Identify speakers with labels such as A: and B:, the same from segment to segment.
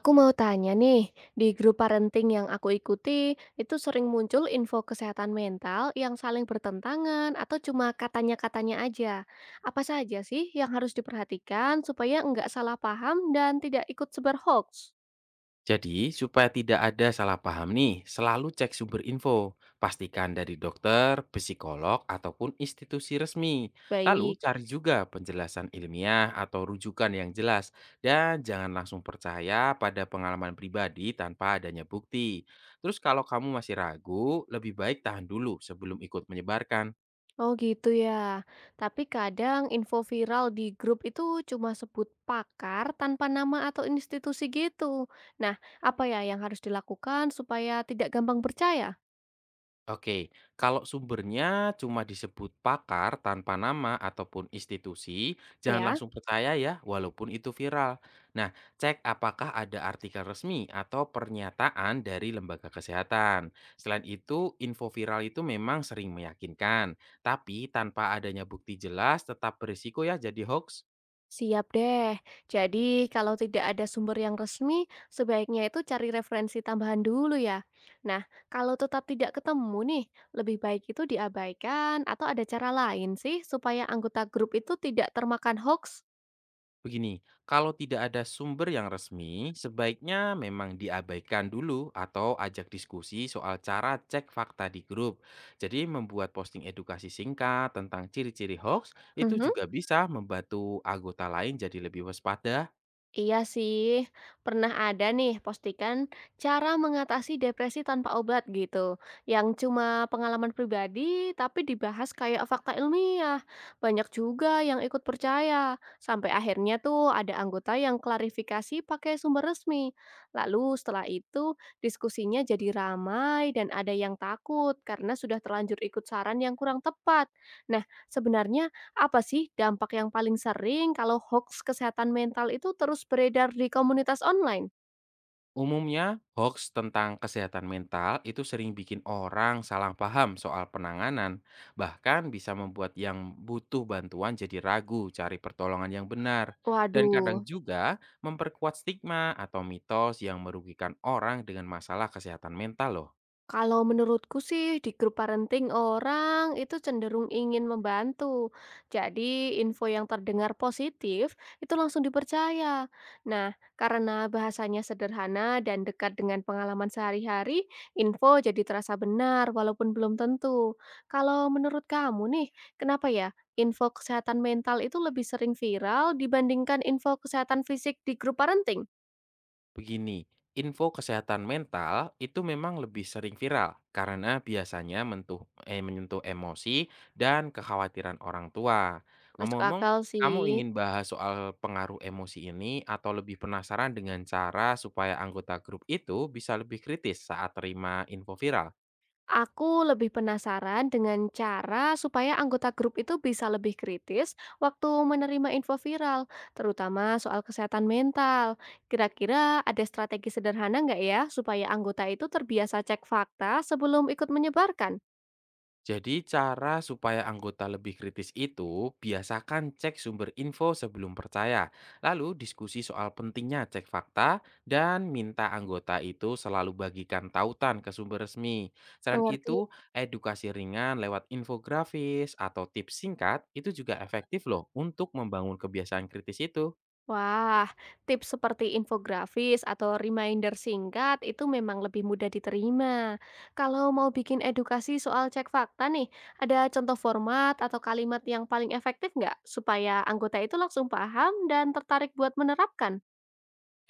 A: Aku mau tanya nih, di grup parenting yang aku ikuti, itu sering muncul info kesehatan mental yang saling bertentangan atau cuma katanya-katanya aja. Apa saja sih yang harus diperhatikan supaya nggak salah paham dan tidak ikut sebar hoax?
B: Jadi, supaya tidak ada salah paham nih, selalu cek sumber info. Pastikan dari dokter, psikolog, ataupun institusi resmi. Lalu
A: Baik.
B: cari juga penjelasan ilmiah atau rujukan yang jelas. Dan jangan langsung percaya pada pengalaman pribadi tanpa adanya bukti. Terus kalau kamu masih ragu, lebih baik tahan dulu sebelum ikut menyebarkan.
A: Oh gitu ya. Tapi kadang info viral di grup itu cuma sebut pakar tanpa nama atau institusi gitu. Nah, apa ya yang harus dilakukan supaya tidak gampang percaya?
B: Oke, kalau sumbernya cuma disebut pakar tanpa nama ataupun institusi, jangan
A: Ya.
B: langsung percaya ya, walaupun itu viral. Nah, cek apakah ada artikel resmi atau pernyataan dari lembaga kesehatan. Selain itu, info viral itu memang sering meyakinkan, tapi tanpa adanya bukti jelas tetap berisiko ya jadi hoax.
A: Siap deh. Jadi, kalau tidak ada sumber yang resmi, sebaiknya itu cari referensi tambahan dulu ya. Nah, kalau tetap tidak ketemu nih, lebih baik itu diabaikan atau ada cara lain sih supaya anggota grup itu tidak termakan hoax?
B: Begini, kalau tidak ada sumber yang resmi, sebaiknya memang diabaikan dulu atau ajak diskusi soal cara cek fakta di grup. Jadi membuat posting edukasi singkat tentang ciri-ciri hoax itu
A: Mhm.
B: juga bisa membantu anggota lain jadi lebih waspada.
A: Iya sih, pernah ada nih postingan cara mengatasi depresi tanpa obat gitu, yang cuma pengalaman pribadi tapi dibahas kayak fakta ilmiah. Banyak juga yang ikut percaya, sampai akhirnya tuh ada anggota yang klarifikasi pakai sumber resmi. Lalu setelah itu diskusinya jadi ramai dan ada yang takut karena sudah terlanjur ikut saran yang kurang tepat. Nah, sebenarnya apa sih dampak yang paling sering kalau hoax kesehatan mental itu terus beredar di komunitas online?
B: Umumnya, hoax tentang kesehatan mental itu sering bikin orang salah paham soal penanganan, bahkan bisa membuat yang butuh bantuan jadi ragu cari pertolongan yang benar, dan kadang
A: Waduh.
B: juga memperkuat stigma atau mitos yang merugikan orang dengan masalah kesehatan mental loh.
A: Kalau menurutku sih di grup parenting orang itu cenderung ingin membantu. Jadi info yang terdengar positif itu langsung dipercaya. Nah, karena bahasanya sederhana dan dekat dengan pengalaman sehari-hari, info jadi terasa benar walaupun belum tentu. Kalau menurut kamu nih, kenapa ya info kesehatan mental itu lebih sering viral dibandingkan info kesehatan fisik di grup parenting?
B: Begini, info kesehatan mental itu memang lebih sering viral karena biasanya menyentuh emosi dan kekhawatiran orang tua.
A: Masuk
B: Ngomong-ngomong,
A: akal
B: kamu
A: sih.
B: ingin bahas soal pengaruh emosi ini atau lebih penasaran dengan cara supaya anggota grup itu bisa lebih kritis saat terima info viral?
A: Aku lebih penasaran dengan cara supaya anggota grup itu bisa lebih kritis waktu menerima info viral, terutama soal kesehatan mental. Kira-kira ada strategi sederhana nggak ya supaya anggota itu terbiasa cek fakta sebelum ikut menyebarkan?
B: Jadi cara supaya anggota lebih kritis itu, biasakan cek sumber info sebelum percaya, lalu diskusi soal pentingnya cek fakta, dan minta anggota itu selalu bagikan tautan ke sumber resmi. Selain
A: Mengerti.
B: itu, edukasi ringan lewat infografis atau tips singkat itu juga efektif loh untuk membangun kebiasaan kritis itu.
A: Wah, tips seperti infografis atau reminder singkat itu memang lebih mudah diterima. Kalau mau bikin edukasi soal cek fakta nih, ada contoh format atau kalimat yang paling efektif nggak? Supaya anggota itu langsung paham dan tertarik buat menerapkan.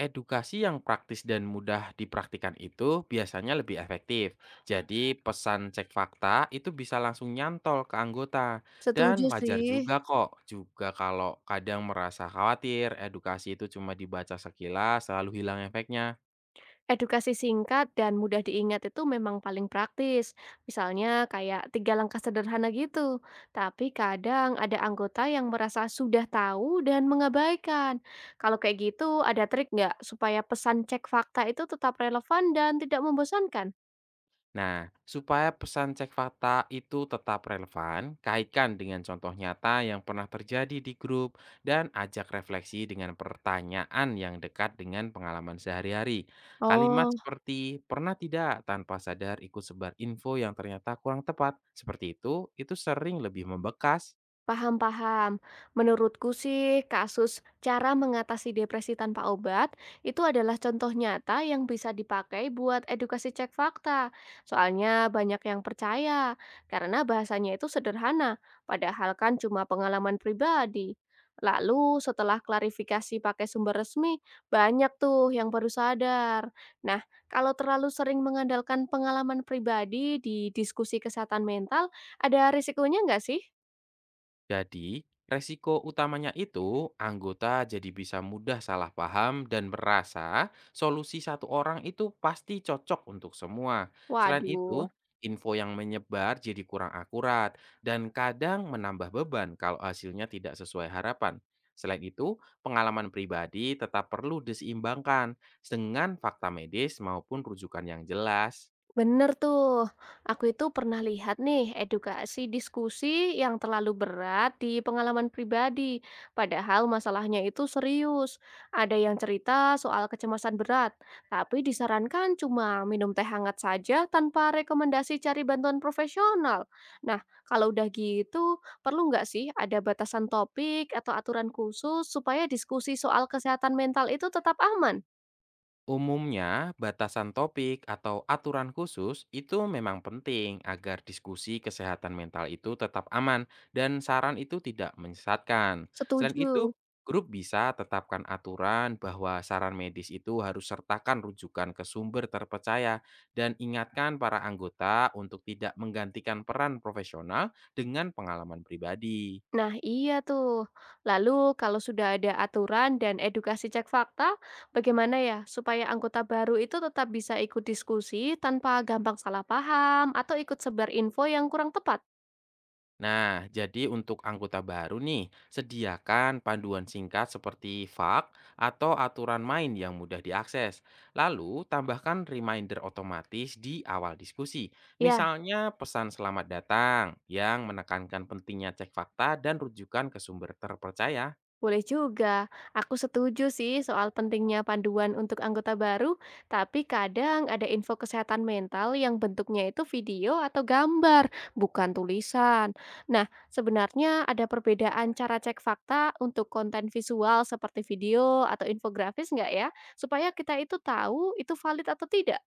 B: Edukasi yang praktis dan mudah dipraktikkan itu biasanya lebih efektif. Jadi pesan cek fakta itu bisa langsung nyantol ke anggota. Dan
A: Setuju
B: wajar
A: sih.
B: juga kok, juga kalau kadang merasa khawatir edukasi itu cuma dibaca sekilas lalu hilang efeknya.
A: Edukasi singkat dan mudah diingat itu memang paling praktis. Misalnya kayak tiga langkah sederhana gitu. Tapi kadang ada anggota yang merasa sudah tahu dan mengabaikan. Kalau kayak gitu, ada trik nggak supaya pesan cek fakta itu tetap relevan dan tidak membosankan?
B: Nah, supaya pesan cek fakta itu tetap relevan, kaitkan dengan contoh nyata yang pernah terjadi di grup dan ajak refleksi dengan pertanyaan yang dekat dengan pengalaman sehari-hari. Kalimat
A: Oh.
B: seperti pernah tidak tanpa sadar ikut sebar info yang ternyata kurang tepat, seperti itu sering lebih membekas.
A: Paham-paham Menurutku sih, kasus cara mengatasi depresi tanpa obat itu adalah contoh nyata yang bisa dipakai buat edukasi cek fakta. Soalnya banyak yang percaya karena bahasanya itu sederhana, padahal kan cuma pengalaman pribadi. Lalu setelah klarifikasi pakai sumber resmi, banyak tuh yang baru sadar. Nah, kalau terlalu sering mengandalkan pengalaman pribadi di diskusi kesehatan mental, ada risikonya nggak sih?
B: Jadi, resiko utamanya itu anggota jadi bisa mudah salah paham dan merasa solusi satu orang itu pasti cocok untuk semua. Selain
A: Waduh,
B: itu, info yang menyebar jadi kurang akurat dan kadang menambah beban kalau hasilnya tidak sesuai harapan. Selain itu, pengalaman pribadi tetap perlu diseimbangkan dengan fakta medis maupun rujukan yang jelas.
A: bener tuh. Aku itu pernah lihat nih edukasi diskusi yang terlalu berat di pengalaman pribadi, padahal masalahnya itu serius. Ada yang cerita soal kecemasan berat, tapi disarankan cuma minum teh hangat saja tanpa rekomendasi cari bantuan profesional. Nah, kalau udah gitu, perlu nggak sih ada batasan topik atau aturan khusus supaya diskusi soal kesehatan mental itu tetap aman?
B: Umumnya, batasan topik atau aturan khusus itu memang penting agar diskusi kesehatan mental itu tetap aman dan saran itu tidak menyesatkan. Selain itu,
A: Setuju.
B: grup bisa tetapkan aturan bahwa saran medis itu harus sertakan rujukan ke sumber terpercaya dan ingatkan para anggota untuk tidak menggantikan peran profesional dengan pengalaman pribadi.
A: Nah, iya tuh. Lalu kalau sudah ada aturan dan edukasi cek fakta, bagaimana ya supaya anggota baru itu tetap bisa ikut diskusi tanpa gampang salah paham atau ikut sebar info yang kurang tepat?
B: Nah, jadi untuk anggota baru nih, sediakan panduan singkat seperti FAQ atau aturan main yang mudah diakses. Lalu, tambahkan reminder otomatis di awal diskusi.
A: Ya.
B: Misalnya pesan selamat datang yang menekankan pentingnya cek fakta dan rujukan ke sumber terpercaya.
A: Boleh juga. Aku setuju sih soal pentingnya panduan untuk anggota baru, tapi kadang ada info kesehatan mental yang bentuknya itu video atau gambar, bukan tulisan. Nah, sebenarnya ada perbedaan cara cek fakta untuk konten visual seperti video atau infografis nggak ya? Supaya kita itu tahu itu valid atau tidak.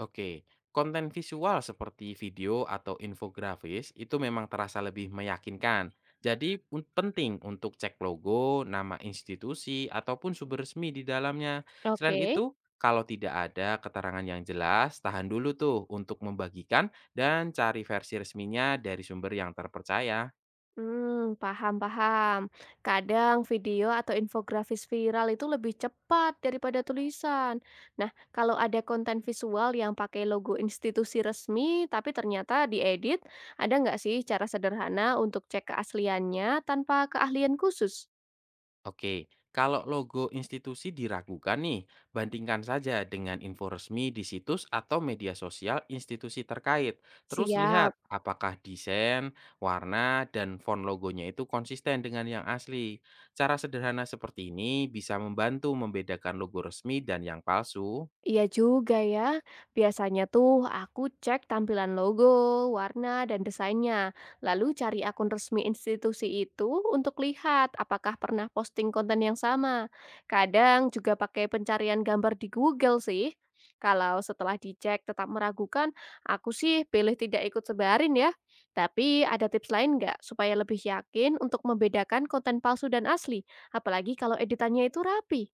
B: Oke, konten visual seperti video atau infografis itu memang terasa lebih meyakinkan. Jadi penting untuk cek logo, nama institusi, ataupun sumber resmi di dalamnya.
A: Oke.
B: Selain itu, kalau tidak ada keterangan yang jelas, tahan dulu tuh untuk membagikan dan cari versi resminya dari sumber yang terpercaya.
A: Paham paham. Kadang video atau infografis viral itu lebih cepat daripada tulisan. Nah, kalau ada konten visual yang pakai logo institusi resmi tapi ternyata diedit, ada nggak sih cara sederhana untuk cek keasliannya tanpa keahlian khusus?
B: Oke, kalau logo institusi diragukan nih, bandingkan saja dengan info resmi di situs atau media sosial institusi terkait. Terus lihat
A: Siap.
B: apakah desain, warna, dan font logonya itu konsisten dengan yang asli. Cara sederhana seperti ini bisa membantu membedakan logo resmi dan yang palsu.
A: Iya juga ya. Biasanya tuh aku cek tampilan logo, warna, dan desainnya. Lalu cari akun resmi institusi itu untuk lihat apakah pernah posting konten yang sama. Kadang juga pakai pencarian gambar di Google sih. Kalau setelah dicek tetap meragukan, aku sih pilih tidak ikut sebarin ya. Tapi ada tips lain nggak supaya lebih yakin untuk membedakan konten palsu dan asli? Apalagi kalau editannya itu rapi.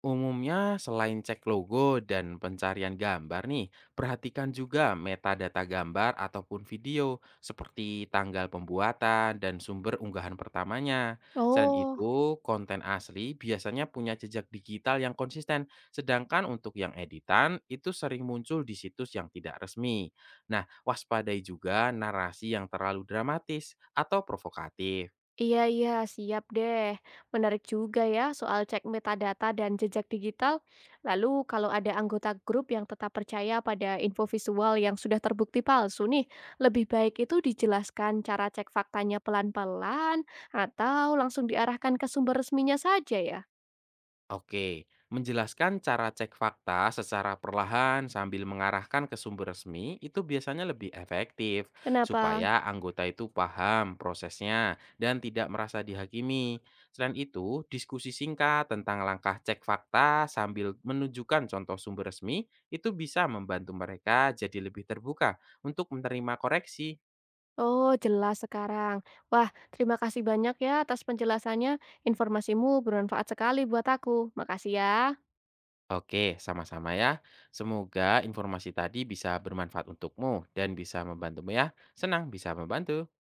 B: Umumnya, selain cek logo dan pencarian gambar nih, perhatikan juga metadata gambar ataupun video seperti tanggal pembuatan dan sumber unggahan pertamanya. Selain
A: Oh.
B: itu, konten asli biasanya punya jejak digital yang konsisten, sedangkan untuk yang editan itu sering muncul di situs yang tidak resmi. Nah, waspadai juga narasi yang terlalu dramatis atau provokatif.
A: Iya iya, siap deh. Menarik juga ya soal cek metadata dan jejak digital. Lalu kalau ada anggota grup yang tetap percaya pada info visual yang sudah terbukti palsu nih, lebih baik itu dijelaskan cara cek faktanya pelan-pelan atau langsung diarahkan ke sumber resminya saja ya.
B: Oke, menjelaskan cara cek fakta secara perlahan sambil mengarahkan ke sumber resmi itu biasanya lebih efektif
A: Kenapa?
B: supaya anggota itu paham prosesnya dan tidak merasa dihakimi. Selain itu, diskusi singkat tentang langkah cek fakta sambil menunjukkan contoh sumber resmi itu bisa membantu mereka jadi lebih terbuka untuk menerima koreksi.
A: Oh, jelas sekarang. Wah, terima kasih banyak ya atas penjelasannya. Informasimu bermanfaat sekali buat aku. Makasih ya.
B: Oke, sama-sama ya. Semoga informasi tadi bisa bermanfaat untukmu dan bisa membantumu ya. Senang bisa membantu.